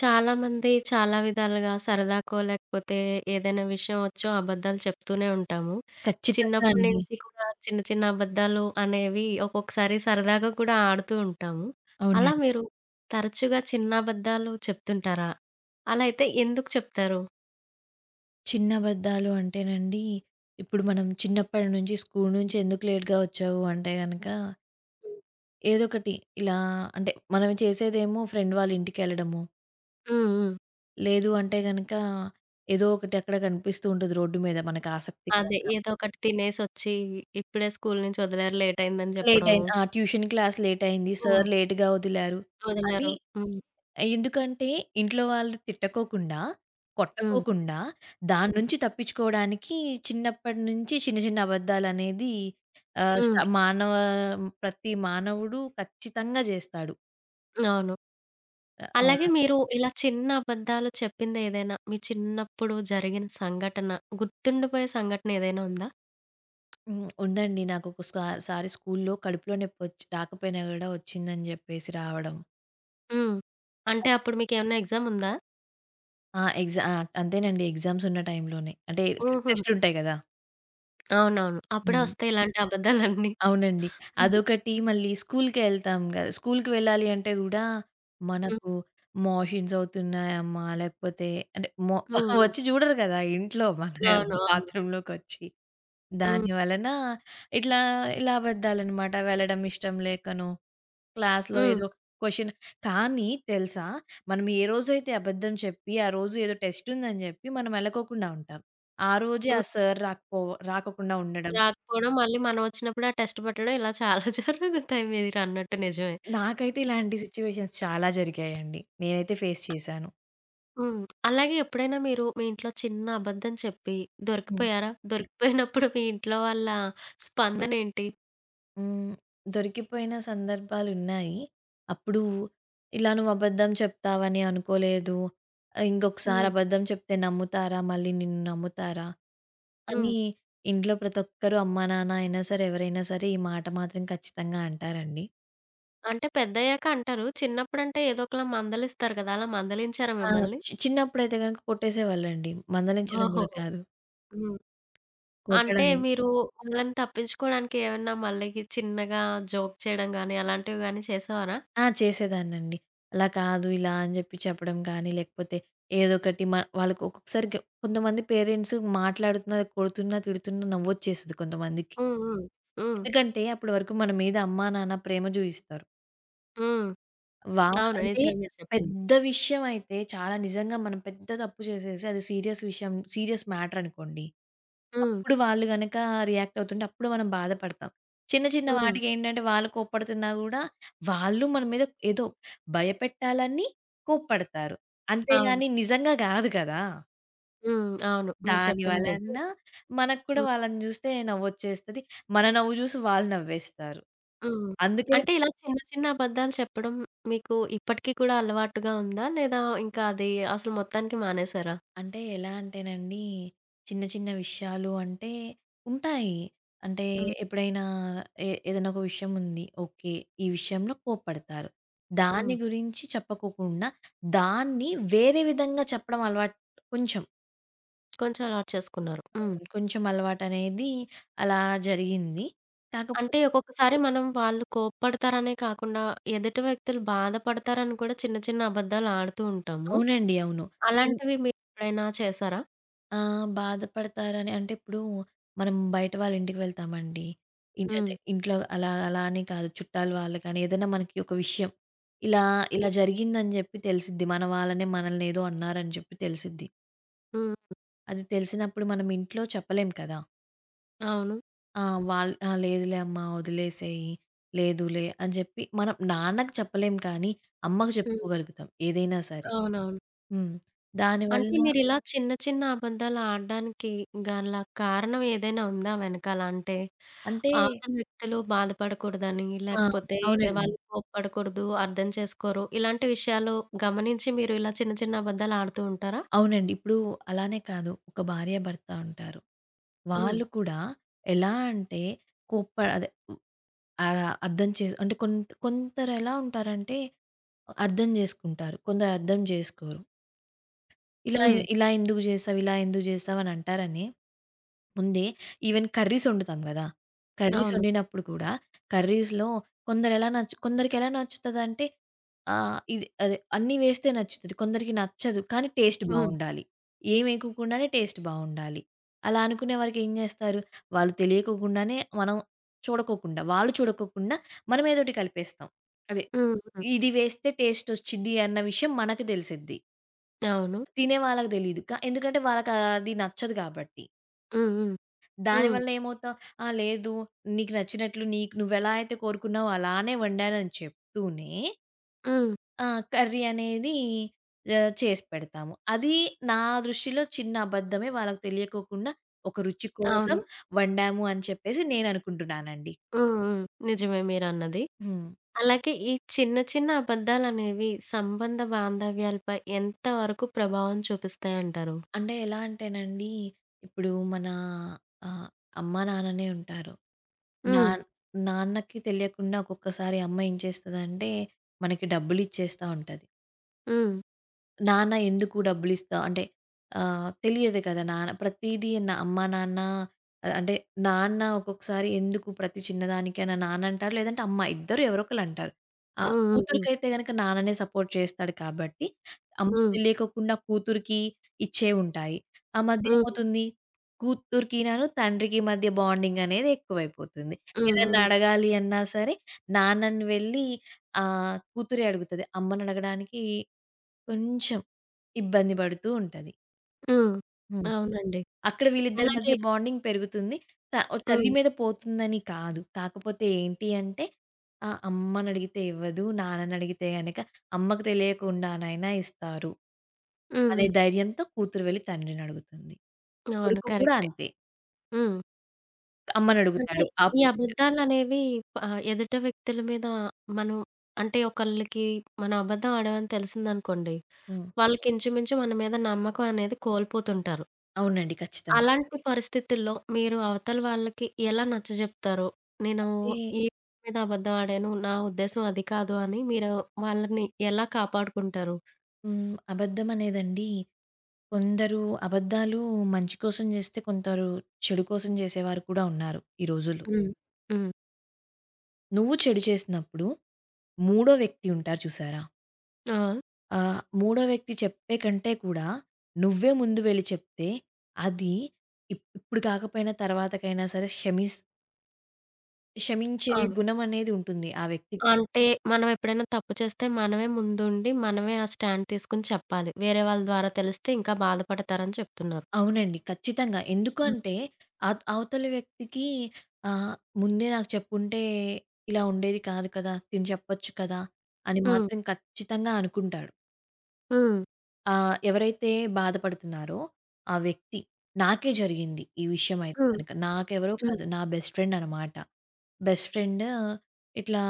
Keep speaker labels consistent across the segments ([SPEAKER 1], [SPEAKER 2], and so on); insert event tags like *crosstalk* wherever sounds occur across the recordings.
[SPEAKER 1] చాలామంది చాలా విధాలుగా సరదాకో లేకపోతే ఏదైనా విషయం వచ్చో అబద్ధాలు చెప్తూనే ఉంటాము.
[SPEAKER 2] ఖచ్చితంగా
[SPEAKER 1] చిన్నప్పటి
[SPEAKER 2] అండి.
[SPEAKER 1] నుంచి కూడా చిన్న చిన్న అబద్ధాలు అనేవి ఒక్కొక్కసారి సరదాగా కూడా ఆడుతూ ఉంటాము.
[SPEAKER 2] అవునండి.
[SPEAKER 1] అలా మీరు తరచుగా చిన్న అబద్ధాలు చెప్తుంటారా? అలా అయితే ఎందుకు చెప్తారు?
[SPEAKER 2] చిన్న అబద్ధాలు అంటేనండి, ఇప్పుడు మనం చిన్నప్పటి నుంచి స్కూల్ నుంచి ఎందుకు లేట్‌గా వచ్చావు అంటే గనక,
[SPEAKER 1] హ్మ్.
[SPEAKER 2] ఏదో ఒకటి ఇలా అంటే మనం చేసేదేమో ఫ్రెండ్ వాళ్ళ ఇంటికెళ్ళడము.
[SPEAKER 1] హ్మ్.
[SPEAKER 2] లేదు అంటే గనక, ఏదో ఒకటి అక్కడ కనిపిస్తూ ఉంటది రోడ్డు మీద మనకు
[SPEAKER 1] అదే
[SPEAKER 2] ఆసక్తికరంగా.
[SPEAKER 1] ఏదో ఒకటి తినేసొచ్చి ఇప్పుడే స్కూల్ నుంచి వదిలారు లేట్ అయిందని
[SPEAKER 2] లేట్
[SPEAKER 1] చెప్పడము.
[SPEAKER 2] అయింది. ఆ! ట్యూషన్ క్లాస్ లేట్ అయింది. సార్
[SPEAKER 1] హ్మ్.
[SPEAKER 2] లేట్‌గా వదిలారు అని
[SPEAKER 1] వదిలారు. హ్మ్.
[SPEAKER 2] ఎందుకంటే, ఇంట్లో వాళ్ళు తిట్టుకోకుండా,
[SPEAKER 1] హ్మ్.
[SPEAKER 2] కొట్టుకోకుండా, దాని
[SPEAKER 1] హ్మ్.
[SPEAKER 2] నుంచి తప్పించుకోవడానికి చిన్నప్పటి నుంచి చిన్న చిన్న అబద్దాలనేది ఆహ్, స్ట
[SPEAKER 1] హ్మ్.
[SPEAKER 2] మానవ ప్రతి మానవుడు ఖచ్చితంగా జేస్తాడు.
[SPEAKER 1] అవును.
[SPEAKER 2] ఆహ్,
[SPEAKER 1] అలాగే మీరు ఇలా చిన్న అబద్ధాలు చెప్పిందేదైనా, మీ చిన్నప్పుడు జరిగిన సంఘటన, గుర్తుండిపోయే సంఘటన ఏదైనా ఉందా?
[SPEAKER 2] హ్మ్. ఉందండి నాకొక సారి స్కూల్లో కడుపులో నొప్పొచ్చి రాకపోయినా గూడా వచ్చిందని జెప్పేసి రావడం.
[SPEAKER 1] హ్మ్. అంటే అప్పుడు మీకేమన్నా ఎగ్జామ్ ఉందా?
[SPEAKER 2] ఆ! ఎగ్జా అంతేనండి ఎగ్జామ్స్ ఉన్న టైంలోనే. అంటే స్లిప్
[SPEAKER 1] హుహు.
[SPEAKER 2] టెస్ట్‌లుంటాయి గదా!
[SPEAKER 1] అవునవును. అప్పుడే
[SPEAKER 2] హ్మ్.
[SPEAKER 1] వస్తాయి ఇలాంటి అబద్ధాలన్నీ.
[SPEAKER 2] అవునండి.
[SPEAKER 1] హ్మ్.
[SPEAKER 2] అదొకటి మళ్ళీ స్కూలుకే ఎళ్తాం గదా! స్కూలుకి వెళ్ళాలి అంటే గూడా
[SPEAKER 1] హ్మ్.
[SPEAKER 2] మనకు మోషన్స్ అవుతున్నాయమ్మా! లేకపోతే అంటే మొ
[SPEAKER 1] హ్మ్.
[SPEAKER 2] *laughs*
[SPEAKER 1] హ్మ్.
[SPEAKER 2] వచ్చి చూడరు గదా! ఇంట్లో మన
[SPEAKER 1] అవును. అవును.
[SPEAKER 2] బాత్రూమ్‌లోకొచ్చి.
[SPEAKER 1] హ్మ్.
[SPEAKER 2] దాని వలన ఇట్లా ఇలా అబద్దాలనమాట. వెళ్ళడం ఇష్టం లేకనో, క్లాస్‌లో
[SPEAKER 1] హ్మ్.
[SPEAKER 2] ఏదో క్వెషన్ కానీ తెలుసా? మనం ఏ రోజైతే అబద్ధం చెప్పి, ఆ రోజు ఏదో టెస్ట్ ఉందని జెప్పి మనం ఎళ్ళకోకుండా ఉంటాం. ఆ రోజే ఆ
[SPEAKER 1] హ్మ్.
[SPEAKER 2] సార్ రాకోకుండా ఉండడం.
[SPEAKER 1] రాకపోవడం, మళ్ళీ మనం వచ్చినప్పుడు ఆ టెస్ట్ పెట్టడం ఇలా చాలా *laughs* జరుగుతాయి, మీరన్నట్టు నిజమే.
[SPEAKER 2] నాకైతే ఇలాంటి సిట్యుయేషన్స్ చాలా జరిగాయండి. నేనైతే ఫేస్ చేశాను.
[SPEAKER 1] హ్మ్. అలాగే ఎప్పుడైనా మీరు మీ ఇంట్లో చిన్న అబద్ధం చెప్పి
[SPEAKER 2] హ్మ్.
[SPEAKER 1] దొరికిపోయారా? దొరికిపోయినప్పుడు మీ ఇంట్లో వాళ్ళ స్పందనేంటి?
[SPEAKER 2] హ్మ్. దొరికిపోయిన సందర్భాలున్నాయి. అప్పుడు ఇలా నువ్వు అబద్ధం చెప్తావని అనుకోలేదు. ఇంకొకసారి
[SPEAKER 1] హ్మ్.
[SPEAKER 2] అబద్ధం చెప్తే నమ్ముతారా? మళ్ళీ నిన్ను నమ్ముతారా?
[SPEAKER 1] హ్మ్.
[SPEAKER 2] అని ఇంట్లో ప్రతి ఒక్కరు అమ్మా, నాన్న అయినా సరే, ఎవరైనా సరే ఈ మాట మాత్రం ఖచ్చితంగా అంటారండి.
[SPEAKER 1] అంటే పెద్దయ్యాక అంటారు. చిన్నప్పుడంటే ఏదో ఒకలా మందలిస్తారు కదా! అలా మందలించారా
[SPEAKER 2] ఆ!
[SPEAKER 1] మిమ్మల్ని?
[SPEAKER 2] చి చిన్నప్పుడైతే గనుక కొట్టేసేవాళ్ళండి. మందలించడం గూడా
[SPEAKER 1] ఓహోహో!
[SPEAKER 2] కాదు.
[SPEAKER 1] హ్మ్. అంటే
[SPEAKER 2] కొట్టడం.
[SPEAKER 1] మీరు వాళ్ళని తప్పించుకోవడానికి ఏమన్నా మళ్ళీ చిన్నగా జోక్ చేయడం గాని, అలాంటివి గాని చేసేవారా?
[SPEAKER 2] ఆ! చేసేదాన్నండి. అలా కాదు, ఇలా అని జెప్పి చెప్పడం కానీ, లేకపోతే ఏదోకటి మ వాళ్ళకి ఒక్కొక్కసారి కొంతమంది పేరెంట్స్ మాట్లాడుతున్నా, కొడుతున్నా, తిడుతున్నా నవ్వొచ్చేస్తది కొంతమందికి.
[SPEAKER 1] హ్మ్. హ్మ్. హ్మ్.
[SPEAKER 2] ఎందుకంటే అప్పటి వరకు మన మీద అమ్మా, నాన్న ప్రేమ జూయిస్తారు.
[SPEAKER 1] హ్మ్.
[SPEAKER 2] వాళ్
[SPEAKER 1] అవును.
[SPEAKER 2] అంటే
[SPEAKER 1] నిజమే మీరు చెప్పింది.
[SPEAKER 2] పెద్ద విషయం అయితే చాలా నిజంగా మనం పెద్ద తప్పు చేసేసి అది సీరియస్ మ్యాటర్ అనుకోండి
[SPEAKER 1] హ్మ్.
[SPEAKER 2] అప్పుడు వాళ్ళు గనక రియాక్ట్ అవుతుంటే అప్పుడు మనం బాధపడతాం. చిన్న చిన్న
[SPEAKER 1] హ్మ్.
[SPEAKER 2] వాటికేంటంటే వాళ్ళు కోప్పడుతున్నా గూడా వాళ్ళు మన మీద ఏదో భయపెట్టాలని కోప్పడతారు.
[SPEAKER 1] అవును.
[SPEAKER 2] అంతేగాని నిజంగా గాదు కదా!
[SPEAKER 1] హ్మ్. అవును. మీరు
[SPEAKER 2] దాని
[SPEAKER 1] చెప్పింది
[SPEAKER 2] వలన
[SPEAKER 1] నిజమే.
[SPEAKER 2] మనకు కూడా
[SPEAKER 1] హ్మ్.
[SPEAKER 2] వాళ్ళని జూస్తే నవ్వొచ్చేస్తది. మన నవ్వు జూసి వాళ్ళు నవ్వేస్తారు.
[SPEAKER 1] హ్మ్.
[SPEAKER 2] అందుకని
[SPEAKER 1] అంటే ఇలా చిన్న చిన్న అబద్ధాలు చెప్పడం మీకు ఇప్పటికి కూడా అలవాటుగా ఉందా? లేదా ఇంకా అది అసలు మొత్తానికి మానేసారా?
[SPEAKER 2] అంటే ఎలా అంటేనండి, చిన్న చిన్న విషయాలు అంటే ఉంటాయి. అంటే
[SPEAKER 1] హ్మ్.
[SPEAKER 2] ఎప్పుడైనా ఏదైనా ఒక విషయం ఉంది. ఓకే. ఈ విషయంలో కోప్పడతారు. దాని
[SPEAKER 1] హ్మ్.
[SPEAKER 2] గురించి చెప్పకోకుండా, దాన్ని వేరే విధంగా చెప్పడం అలవాటు కొంచెం,
[SPEAKER 1] కొంచెం అలాట్ చేసుకున్నారు. హ్మ్.
[SPEAKER 2] అవును. కొంచెం అలవాటనేది అలా జరిగింది. కాకపోతే
[SPEAKER 1] అంటే సో ఒక్కొక్కసారి మనం వాళ్ళు కోప్పడతారనే కాకుండా, ఎదుటి వ్యక్తులు బాధపడతారని కూడా చిన్న చిన్న అబద్దాలు ఆడుతూ ఉంటాము.
[SPEAKER 2] అవునండి. అవును.
[SPEAKER 1] అలాంటివి మీరెప్పుడైనా చేశారా?
[SPEAKER 2] ఆ! బాధపడతారని అంటే ఇప్పుడు మనం బయట వాళ్ళ ఇంటికి వెళ్తామండి. ఇన్ అంటే
[SPEAKER 1] హ్మ్.
[SPEAKER 2] ఇంట్లో అలా అలా అని కాదు. చుట్టాలు వాళ్ళు కానీ ఏదైనా మనకి ఒక విషయం ఇలా ఇలా జరిగిందని జెప్పి తెలిసిద్ది. మన వాళ్ళనే మనల్ని ఏదో అన్నారని జెప్పి తెలిసిద్ది.
[SPEAKER 1] హ్మ్.
[SPEAKER 2] అది తెలిసినప్పుడు మనం ఇంట్లో చెప్పలేం కదా!
[SPEAKER 1] అవును.
[SPEAKER 2] ఆ! వాళ్ ఆ! లేదులే అమ్మ వదిలేసేయి. లేదులే అని జెప్పి మనం నాన్నకి చెప్పలేం కానీ అమ్మకి
[SPEAKER 1] హ్మ్.
[SPEAKER 2] చెప్పుకోగలుగుతాం ఏదైనా సరే.
[SPEAKER 1] అవునవును.
[SPEAKER 2] హ్మ్. దానివల్ల
[SPEAKER 1] అంటే మీరిలా చిన్న చిన్న అబద్దాలు ఆడడానికి గల కారణం ఏదైనా ఉందా వెనకాల? అంటే
[SPEAKER 2] అంటే
[SPEAKER 1] అవతల వ్యక్తులు బాధపడకూడదని,
[SPEAKER 2] ఆ!
[SPEAKER 1] లేకపోతే
[SPEAKER 2] అవునండి.
[SPEAKER 1] వాళ్ళు కోప్పడకూడదు, అర్థం చేసుకోరు. ఇలాంటి విషయాలు గమనించి మీరు ఇలా చిన్న చిన్న అబద్దాలు ఆడుతూ ఉంటారా?
[SPEAKER 2] అవునండి. ఇప్పుడు అలానే కాదు. ఒక భార్యాభర్త ఉంటారు.
[SPEAKER 1] హ్మ్.
[SPEAKER 2] వాళ్ళు కూడా ఎలా అంటే కోప్ప అదే ఆహ్, అర్థం చేసు అంటే కొందరెలా ఉంటారంటే అర్థం జేసుకుంటారు. కొందరు అర్థం జేసుకోరు. ఇలా
[SPEAKER 1] హ్మ్.
[SPEAKER 2] ఇలా ఎందుకు జేశావు? ఇలా ఎందుకు జేశావు? అని అంటారని, ముందే ఈవెన్ కర్రీస్ వండుతాం గదా! కర్రీస్
[SPEAKER 1] అవును.
[SPEAKER 2] వండినప్పుడు కూడా కర్రీస్‌లో కొందరెలా నచ్చు కొందరికెలా నచ్చుతదంటే ఇది అదే అన్నీ వేస్తే నచ్చుతది. కొందరికి నచ్చదు. కానీ టేస్ట్
[SPEAKER 1] హ్మ్.
[SPEAKER 2] బావుండాలి. ఏమేయకోకుండానే టేస్ట్ బావుండాలి. అలా అనుకునే వరకు ఏం జేస్తారు? వాళ్ళు తెలియకోకుండానే మనం చూడకోకుండా, వాళ్ళు చూడకోకుండా మనం ఏదోటి కలిపేస్తాం. అదే
[SPEAKER 1] హ్మ్. హ్మ్.
[SPEAKER 2] ఇది వేస్తే టేస్ట్ ఒచ్చిద్ది అన్న విషయం మనకు తెలిసిద్ది.
[SPEAKER 1] అవును.
[SPEAKER 2] తినే వాళ్ళకి తెలీదు. ఎందుకంటే వాళ్ళకది నచ్చదు కాబట్టి.
[SPEAKER 1] హ్మ్. హ్మ్. హ్మ్.
[SPEAKER 2] దానివల్ల ఏమవుతాం, "ఆ! లేదు నీకు నచ్చినట్లు నీకు నువ్వెలా అయితే కోరుకున్నావో అలానే వండానని" చెప్తూనే
[SPEAKER 1] హ్మ్.
[SPEAKER 2] కర్రీ అనేది చేసి పెడతాము. అది నా దృష్టిలో చిన్న అబద్ధమే. వాళ్ళకి తెలియకోకుండా ఒక రుచి కోసం
[SPEAKER 1] అవును.
[SPEAKER 2] వండాము అని చెప్పేసి నేననుకుంటున్నానండి.
[SPEAKER 1] హ్మ్. హ్మ్. నిజమే మీరన్నది.
[SPEAKER 2] హ్మ్.
[SPEAKER 1] అలాగే ఈ చిన్న చిన్న అబద్ధాలనేవి సంబంధ బాంధవ్యాలపై ఎంత వరకు ప్రభావం చూపిస్తాయంటారు?
[SPEAKER 2] అంటే ఎలా అంటేనండి, ఇప్పుడు మన ఆహ్, అమ్మ, నాన్ననే ఉంటారు.
[SPEAKER 1] హ్మ్.
[SPEAKER 2] హ్మ్. నాన్నకి తెలియకుండా ఒక్కొక్కసారి అమ్మ ఏం చేస్తదంటే, మనకి డబ్బులిచ్చేస్తా ఉంటది.
[SPEAKER 1] హ్మ్.
[SPEAKER 2] నాన్న ఎందుకు డబ్బులిస్తావు? అంటే తెలియదు కదా! నాన్న ప్రతీదీ నా అమ్మ, నాన్న ఆహ్, అంటే నాన్న ఒక్కొక్కసారి ఎందుకు ప్రతి చిన్నదానికైనా నాన్న అంటారు. లేదంటే అమ్మ ఇద్దరు ఎవరో ఒకళ్ళంటారు. ఆ!
[SPEAKER 1] హ్మ్. హ్మ్.
[SPEAKER 2] కూతురికైతే గనక నాన్ననే సపోర్ట్ చేస్తాడు కాబట్టి,
[SPEAKER 1] హ్మ్.
[SPEAKER 2] అమ్మకు
[SPEAKER 1] హ్మ్.
[SPEAKER 2] తెలియకోకుండా కూతురికి ఇచ్చేవి ఉంటాయి. ఆ మధ్య
[SPEAKER 1] హ్మ్.
[SPEAKER 2] ఏమవుతుంది? కూతురికినను, తండ్రికి మధ్య బాండింగ్ అనేది ఎక్కువైపోతుంది.
[SPEAKER 1] హ్మ్.
[SPEAKER 2] ఏదన్నా
[SPEAKER 1] హ్మ్.
[SPEAKER 2] అడగాలి అన్నా సరే, నాన్నని వెళ్ళి కూతురే అడుగుతది. అమ్మని అడగడానికి కొంచెం ఇబ్బంది పడుతూ ఉంటది.
[SPEAKER 1] హ్మ్.
[SPEAKER 2] హ్మ్.
[SPEAKER 1] అవునండి.
[SPEAKER 2] అక్కడ వీళ్ళిద్దరి మధ్య
[SPEAKER 1] అలాగే
[SPEAKER 2] బాండింగ్ పెరుగుతుంది. త తల్లి
[SPEAKER 1] హ్మ్.
[SPEAKER 2] మీద పోతుందని కాదు. కాకపోతే ఏంటి అంటే అమ్మనడిగితే ఇవ్వదు. నాన్ననడిగితే గనక అమ్మకు తెలియకుండానైనా ఇస్తారు. అనే
[SPEAKER 1] హ్మ్.
[SPEAKER 2] ధైర్యంతో కూతురు వెళ్లి తండ్రినడుగుతుంది.
[SPEAKER 1] అవును.
[SPEAKER 2] కొడుకు గూడా
[SPEAKER 1] కరెక్టే.
[SPEAKER 2] అంతే.
[SPEAKER 1] హ్మ్. అంటే
[SPEAKER 2] అమ్మనడుగుతాడు
[SPEAKER 1] ఈ
[SPEAKER 2] ఆపోజిట్.
[SPEAKER 1] అబద్ధాలనేవి ఎదుట వ్యక్తుల మీద మనం అంటే ఒకళ్ళకి మనం అబద్ధం ఆడామని తెలిసిందనుకోండి.
[SPEAKER 2] హ్మ్.
[SPEAKER 1] వాళ్ళకి ఇంచుమించు మన మీద నమ్మకం అనేది కోల్పోతుంటారు.
[SPEAKER 2] అవునండి. ఖచ్చితంగా.
[SPEAKER 1] అలాంటి పరిస్థితుల్లో మీరు అవతల వాళ్ళకి ఎలా నచ్చజెప్తారో, నేను
[SPEAKER 2] అంటే
[SPEAKER 1] ఈ మీద అబద్ధం ఆడాను. నా ఉద్దేశ్యం అది కాదు అని మీరు వాళ్ళని ఎలా కాపాడుకుంటారు?
[SPEAKER 2] హ్మ్. అబద్ధం అనేదండి కొందరు అబద్ధాలు మంచి కోసం చేస్తే, కొందరు చెడు కోసం చేసేవారు కూడా ఉన్నారు ఈ రోజుల్లో.
[SPEAKER 1] హ్మ్. హ్మ్.
[SPEAKER 2] నువ్వు చెడు చేసినప్పుడు మూడో వ్యక్తి ఉంటారు చూసారా?
[SPEAKER 1] ఆ!
[SPEAKER 2] మూడో వ్యక్తి చెప్పే కంటే కూడా నువ్వే ముందు వెళ్లి చెప్తే అది ఇప్పుడు కాకపోయినా తర్వాతకైనా సరే క్షమించే
[SPEAKER 1] ఆ!
[SPEAKER 2] గుణం అనేది ఉంటుంది ఆ వ్యక్తికి.
[SPEAKER 1] అంటే మనం ఎప్పుడైనా తప్పు చేస్తే మనమే ముందుండి, మనమే ఆ స్టాండ్ తీసుకొని చెప్పాలి. వేరే వాళ్ళ ద్వారా తెలిస్తే ఇంకా బాధపడతారని చెప్తున్నారు.
[SPEAKER 2] అవునండి. ఖచ్చితంగా.
[SPEAKER 1] హ్మ్.
[SPEAKER 2] ఎందుకంటే అవతలి వ్యక్తికి ఆహ్, ముందే నాకు చెప్పుంటే ఇలా ఉండేది కాదు కదా! తిను చెప్పొచ్చు కదా! అని
[SPEAKER 1] హ్మ్.
[SPEAKER 2] మాత్రం ఖచ్చితంగా అనుకుంటాడు.
[SPEAKER 1] హ్మ్.
[SPEAKER 2] ఎవరైతే బాధపడుతున్నారో ఆ వ్యక్తి నాకే జరిగింది ఈ విషయం అయితే
[SPEAKER 1] హ్మ్.
[SPEAKER 2] గనక. నాకెవరో
[SPEAKER 1] హ్మ్.
[SPEAKER 2] కాదు నా బెస్ట్ ఫ్రెండ్ అనమాట. బెస్ట్ ఫ్రెండ్ ఇట్లా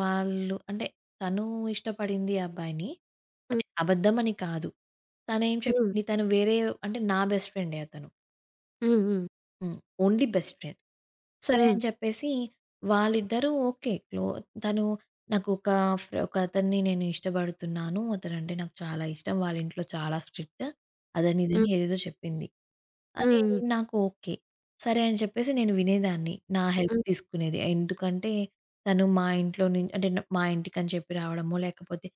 [SPEAKER 2] వాళ్ళు అంటే తను ఇష్టపడింది ఆ అబ్బాయిని.
[SPEAKER 1] హ్మ్.
[SPEAKER 2] అంటే అబద్ధమని కాదు. తనేం
[SPEAKER 1] హ్మ్.
[SPEAKER 2] చెప్పింది తను వేరే అంటే నా బెస్ట్ ఫ్రెండే అతను.
[SPEAKER 1] హ్మ్. హ్మ్.
[SPEAKER 2] హ్మ్. Only best friend. సరే
[SPEAKER 1] హ్మ్.
[SPEAKER 2] అని చెప్పేసి వాళ్ళిద్దరూ ఓకే. తను నాకొక ఒకతన్ని నేను ఇష్టపడుతున్నాను. అతనంటే నాకు చాలా ఇష్టం. వాళ్ళ ఇంట్లో చాలా స్ట్రిక్ట్. అదని ఇదని
[SPEAKER 1] హ్మ్.
[SPEAKER 2] ఏదేదో చెప్పింది. అది
[SPEAKER 1] హ్మ్.
[SPEAKER 2] నాకు ఓకే. సరే అని చెప్పేసి నేను వినేదాన్ని. నా హెల్ప్
[SPEAKER 1] హ్మ్.
[SPEAKER 2] తీసుకునేది. ఎందుకంటే తను మా ఇంట్లో నుం అంటే న మా ఇంటికని చెప్పి రావడమో, లేకపోతే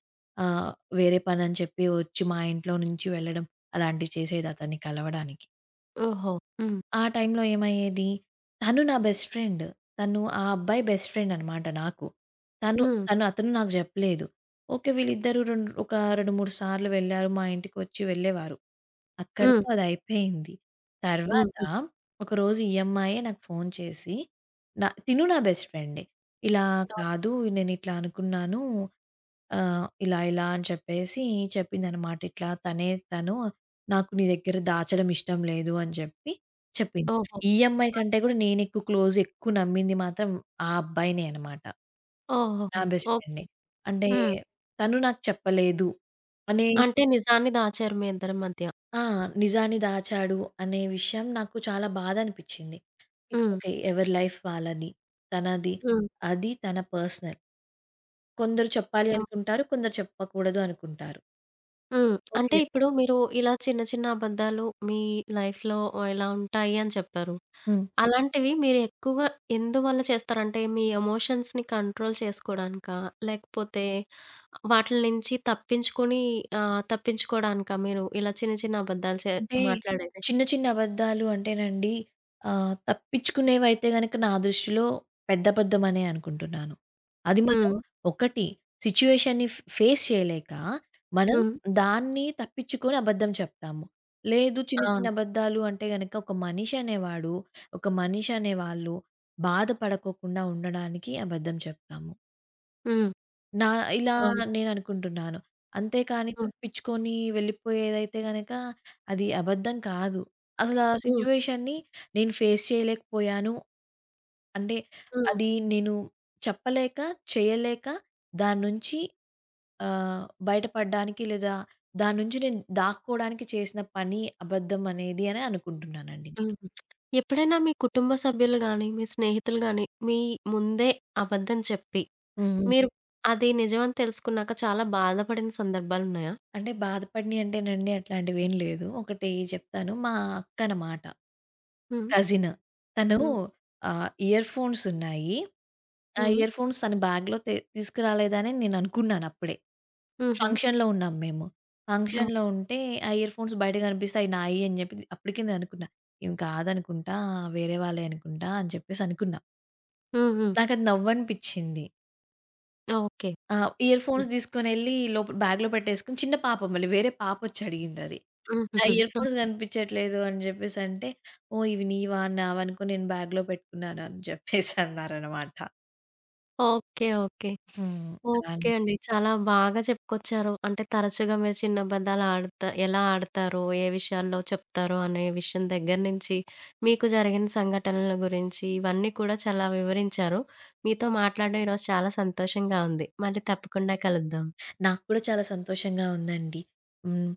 [SPEAKER 2] ఆహ్, వేరే పనని చెప్పి వచ్చి మా ఇంట్లో నుంచి వెళ్ళడం అలాంటివి చేసేది అతన్ని కలవడానికి.
[SPEAKER 1] ఓహో! హ్మ్.
[SPEAKER 2] ఆ టైంలో ఏమయ్యేది, తను నా బెస్ట్ ఫ్రెండ్. తను ఆ అబ్బాయి బెస్ట్ ఫ్రెండ్ అనమాట నాకు. తను
[SPEAKER 1] హ్మ్.
[SPEAKER 2] తను అతను నాకు జెప్పలేదు. ఓకే. వీళ్ళిద్దరూ ఒక 2, 3 సార్లు వెళ్లారు. మా ఇంటికొచ్చి వెళ్ళేవారు.
[SPEAKER 1] హ్మ్.
[SPEAKER 2] అక్కడితో అదయిపోయింది.
[SPEAKER 1] హ్మ్.
[SPEAKER 2] తర్వాత
[SPEAKER 1] హ్మ్.
[SPEAKER 2] ఒకరోజు ఈ అమ్మాయే నాకు ఫోను చేసి, తిను నా బెస్ట్ ఫ్రెండే. ఇలా
[SPEAKER 1] ఓహ్!
[SPEAKER 2] కాదు నేనిట్లా అనుకున్నాను ఆ! ఇలా ఇలా అని చెప్పేసి చెప్పిందనమాట. ఇట్లా తను నాకు నీ దగ్గర దాచడం ఇష్టం లేదు అని చెప్పి చెప్పింది.
[SPEAKER 1] ఓహో!
[SPEAKER 2] ఈ అమ్మాయి కంటే కూడా నేను ఎక్కువ క్లోజ్ ఎక్కువ నమ్మింది మాత్రం ఆ అబ్బాయినే అనమాట. నా
[SPEAKER 1] ఓహోహో!
[SPEAKER 2] Best
[SPEAKER 1] okay.
[SPEAKER 2] ఫ్రెండ్‌ని. అంటే
[SPEAKER 1] హ్మ్.
[SPEAKER 2] తను నాకు చెప్పలేదు అనే
[SPEAKER 1] అంటే నిజాన్ని దాచారు మీ ఇద్దరి మధ్య.
[SPEAKER 2] ఆ! నిజాన్ని దాచాడు అనే విషయం నాకు చాలా బాధ అనిపిచ్చింది. ఇట్స్
[SPEAKER 1] హ్మ్.
[SPEAKER 2] ఓకే. ఎవరి లైఫ్ వాళ్ళది. తనది.
[SPEAKER 1] హ్మ్.
[SPEAKER 2] అది తన పర్సనల్. కొందరు చెప్పాలి
[SPEAKER 1] ఓహ్!
[SPEAKER 2] అనుకుంటారు. కొందరు చెప్పకూడదు అనుకుంటారు.
[SPEAKER 1] హ్మ్. అంటే
[SPEAKER 2] ఓకే.
[SPEAKER 1] ఇప్పుడు మీరు ఇలా చిన్న చిన్న అబద్ధాలు మీ లైఫ్‌లో ఇలా ఉంటాయి అని చెప్పారు.
[SPEAKER 2] హ్మ్.
[SPEAKER 1] అలాంటివి మీరెక్కువగా ఎందువల్ల చేస్తారంటే, మీ ఎమోషన్స్‌ని కంట్రోల్ చేసుకోడానికా? లేకపోతే వాటిల నుంచి తప్పించుకొని తప్పించుకోడానికా మీరు ఇలా చిన్న చిన్న అబద్ధాలు
[SPEAKER 2] అంటే
[SPEAKER 1] మాట్లాడేది?
[SPEAKER 2] చిన్న చిన్న అబద్ధాలు అంటేనండి తప్పించుకునేవైతే గనక నా దృష్టిలో పెద్ద అబద్ధమనే అనుకుంటున్నాను. అది మనం
[SPEAKER 1] హ్మ్.
[SPEAKER 2] ఒకటి సిట్యుయేషన్‌ని ఫేస్ చేయలేక మనం
[SPEAKER 1] హ్మ్.
[SPEAKER 2] దాన్ని తప్పించుకొని అబద్ధం చెప్తాము. లేదు చిన్న చిన్న
[SPEAKER 1] అవును.
[SPEAKER 2] అబద్ధాలు అంటే గనక ఒక మనిషి అనేవాళ్ళు బాధపడకోకుండా ఉండడానికి అబద్ధం చెప్తాము.
[SPEAKER 1] హ్మ్.
[SPEAKER 2] నా ఇలా
[SPEAKER 1] అవును.
[SPEAKER 2] నేననుకుంటున్నాను. అంతేకానీ
[SPEAKER 1] హ్మ్.
[SPEAKER 2] తప్పించుకొని వెళ్ళిపోయేదైతే గనక అది అబద్ధం కాదు. అసలా
[SPEAKER 1] హ్మ్.
[SPEAKER 2] సిట్యుయేషన్‌ని నేను ఫేస్ చేయలేకపోయాను. అంటే
[SPEAKER 1] హ్మ్.
[SPEAKER 2] అది నేను చెప్పలేక, చేయలేక దాని నుంచి ఆహ్, బయటపడడానికి లేదా దాని నుంచి నేను దాక్కోడానికి చేసిన పని అబద్ధం అనేది అని అనుకుంటున్నానండి నేను.
[SPEAKER 1] హ్మ్. ఎప్పుడైనా మీ కుటుంబ సభ్యులు గానీ, మీ స్నేహితులు గానీ, మీ ముందే అబద్ధం చెప్పి,
[SPEAKER 2] హ్మ్.
[SPEAKER 1] మీరు అది నిజమని తెలుసుకున్నాక చాలా బాధపడిన సందర్భాలున్నాయా?
[SPEAKER 2] అంటే బాధపడినయి అంటేనండి అట్లాంటివేం లేదు. ఒకటి చెప్తాను. మా అక్కనమాట.
[SPEAKER 1] హ్మ్.
[SPEAKER 2] కజిన్. తను
[SPEAKER 1] హ్మ్.
[SPEAKER 2] ఇయర్‌ఫోన్స్ ఉన్నాయి. ఆ
[SPEAKER 1] హ్మ్.
[SPEAKER 2] ఇయర్‌ఫోన్స్ తన బ్యాగ్‌లో తీసుకురాలేదని నేను అనుకున్నానప్పుడే.
[SPEAKER 1] హుహు.
[SPEAKER 2] ఫంక్షన్‌లో ఉన్నాం మేము.
[SPEAKER 1] ఓకే.
[SPEAKER 2] ఫంక్షన్‌లో ఉంటే ఆ ఇయర్‌ఫోన్స్ బయట కనిపిస్తే అయి నాయి అని చెప్పి అప్పటికే నేను అనుకున్నా. ఇవి కాదనుకుంటా వేరే వాళ్ళయి అనుకుంటా అని చెప్పేసి అనుకున్నా.
[SPEAKER 1] హ్మ్. హ్మ్.
[SPEAKER 2] నాకది నవ్వనిపించింది.
[SPEAKER 1] ఓకే.
[SPEAKER 2] ఆ! ఇయర్‌ఫోన్స్
[SPEAKER 1] హ్మ్.
[SPEAKER 2] తీసుకొనెళ్ళి లోపల బ్యాగ్‌లో పెట్టేసుకొని చిన్న పాప మళ్ళీ వేరే పాపొచ్చడిగిందది. ఆ
[SPEAKER 1] హుహుహు.
[SPEAKER 2] ఇయర్
[SPEAKER 1] ఆ!
[SPEAKER 2] ఫోన్స్ కనిపించట్లేదు అని జెప్పేసంటే, ఓహ్! ఇవి నీవా? నావి అనుకోని నేను బ్యాగ్‌లో పెట్టుకున్నాను అని జెప్పేసి అన్నారనమాట.
[SPEAKER 1] ఓకే. ఓకే.
[SPEAKER 2] హ్మ్. అలా
[SPEAKER 1] ఓకే
[SPEAKER 2] అని.
[SPEAKER 1] అండి. చాలా బాగా చెప్పుకొచ్చారు. అంటే తరచుగా మీరు చిన్న అబద్దాలు ఆడుతా ఎలా ఆడతారో, ఏ విషయాల్లో చెప్తారో అనే విషయం దగ్గర నుంచి, మీకు జరిగిన సంఘటనల గురించి ఇవన్నీ కూడా చాలా వివరించారు. మీతో మాట్లాడడం ఈరోజు చాలా సంతోషంగా ఉంది. మళ్ళీ తప్పకుండా కలుద్దాం.
[SPEAKER 2] నాకు కూడా చాలా సంతోషంగా ఉందండి. హ్మ్.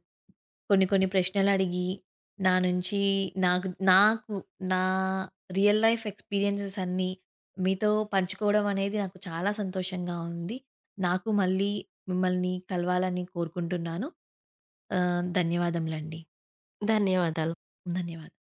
[SPEAKER 2] కొన్ని కొన్ని ప్రశ్నలడిగి, నా నుంచి నాకు నాకు నా రియల్ లైఫ్ ఎక్స్‌పీరియన్సెస్ అన్నీ మీతో పంచుకోవడం అనేది నాకు చాలా సంతోషంగా ఉంది. నాకు మళ్ళీ మిమ్మల్ని కలవాలని కోరుకుంటున్నాను. ధన్యవాదములండి.
[SPEAKER 1] ధన్యవాదాలు.
[SPEAKER 2] ధన్యవాదాలు.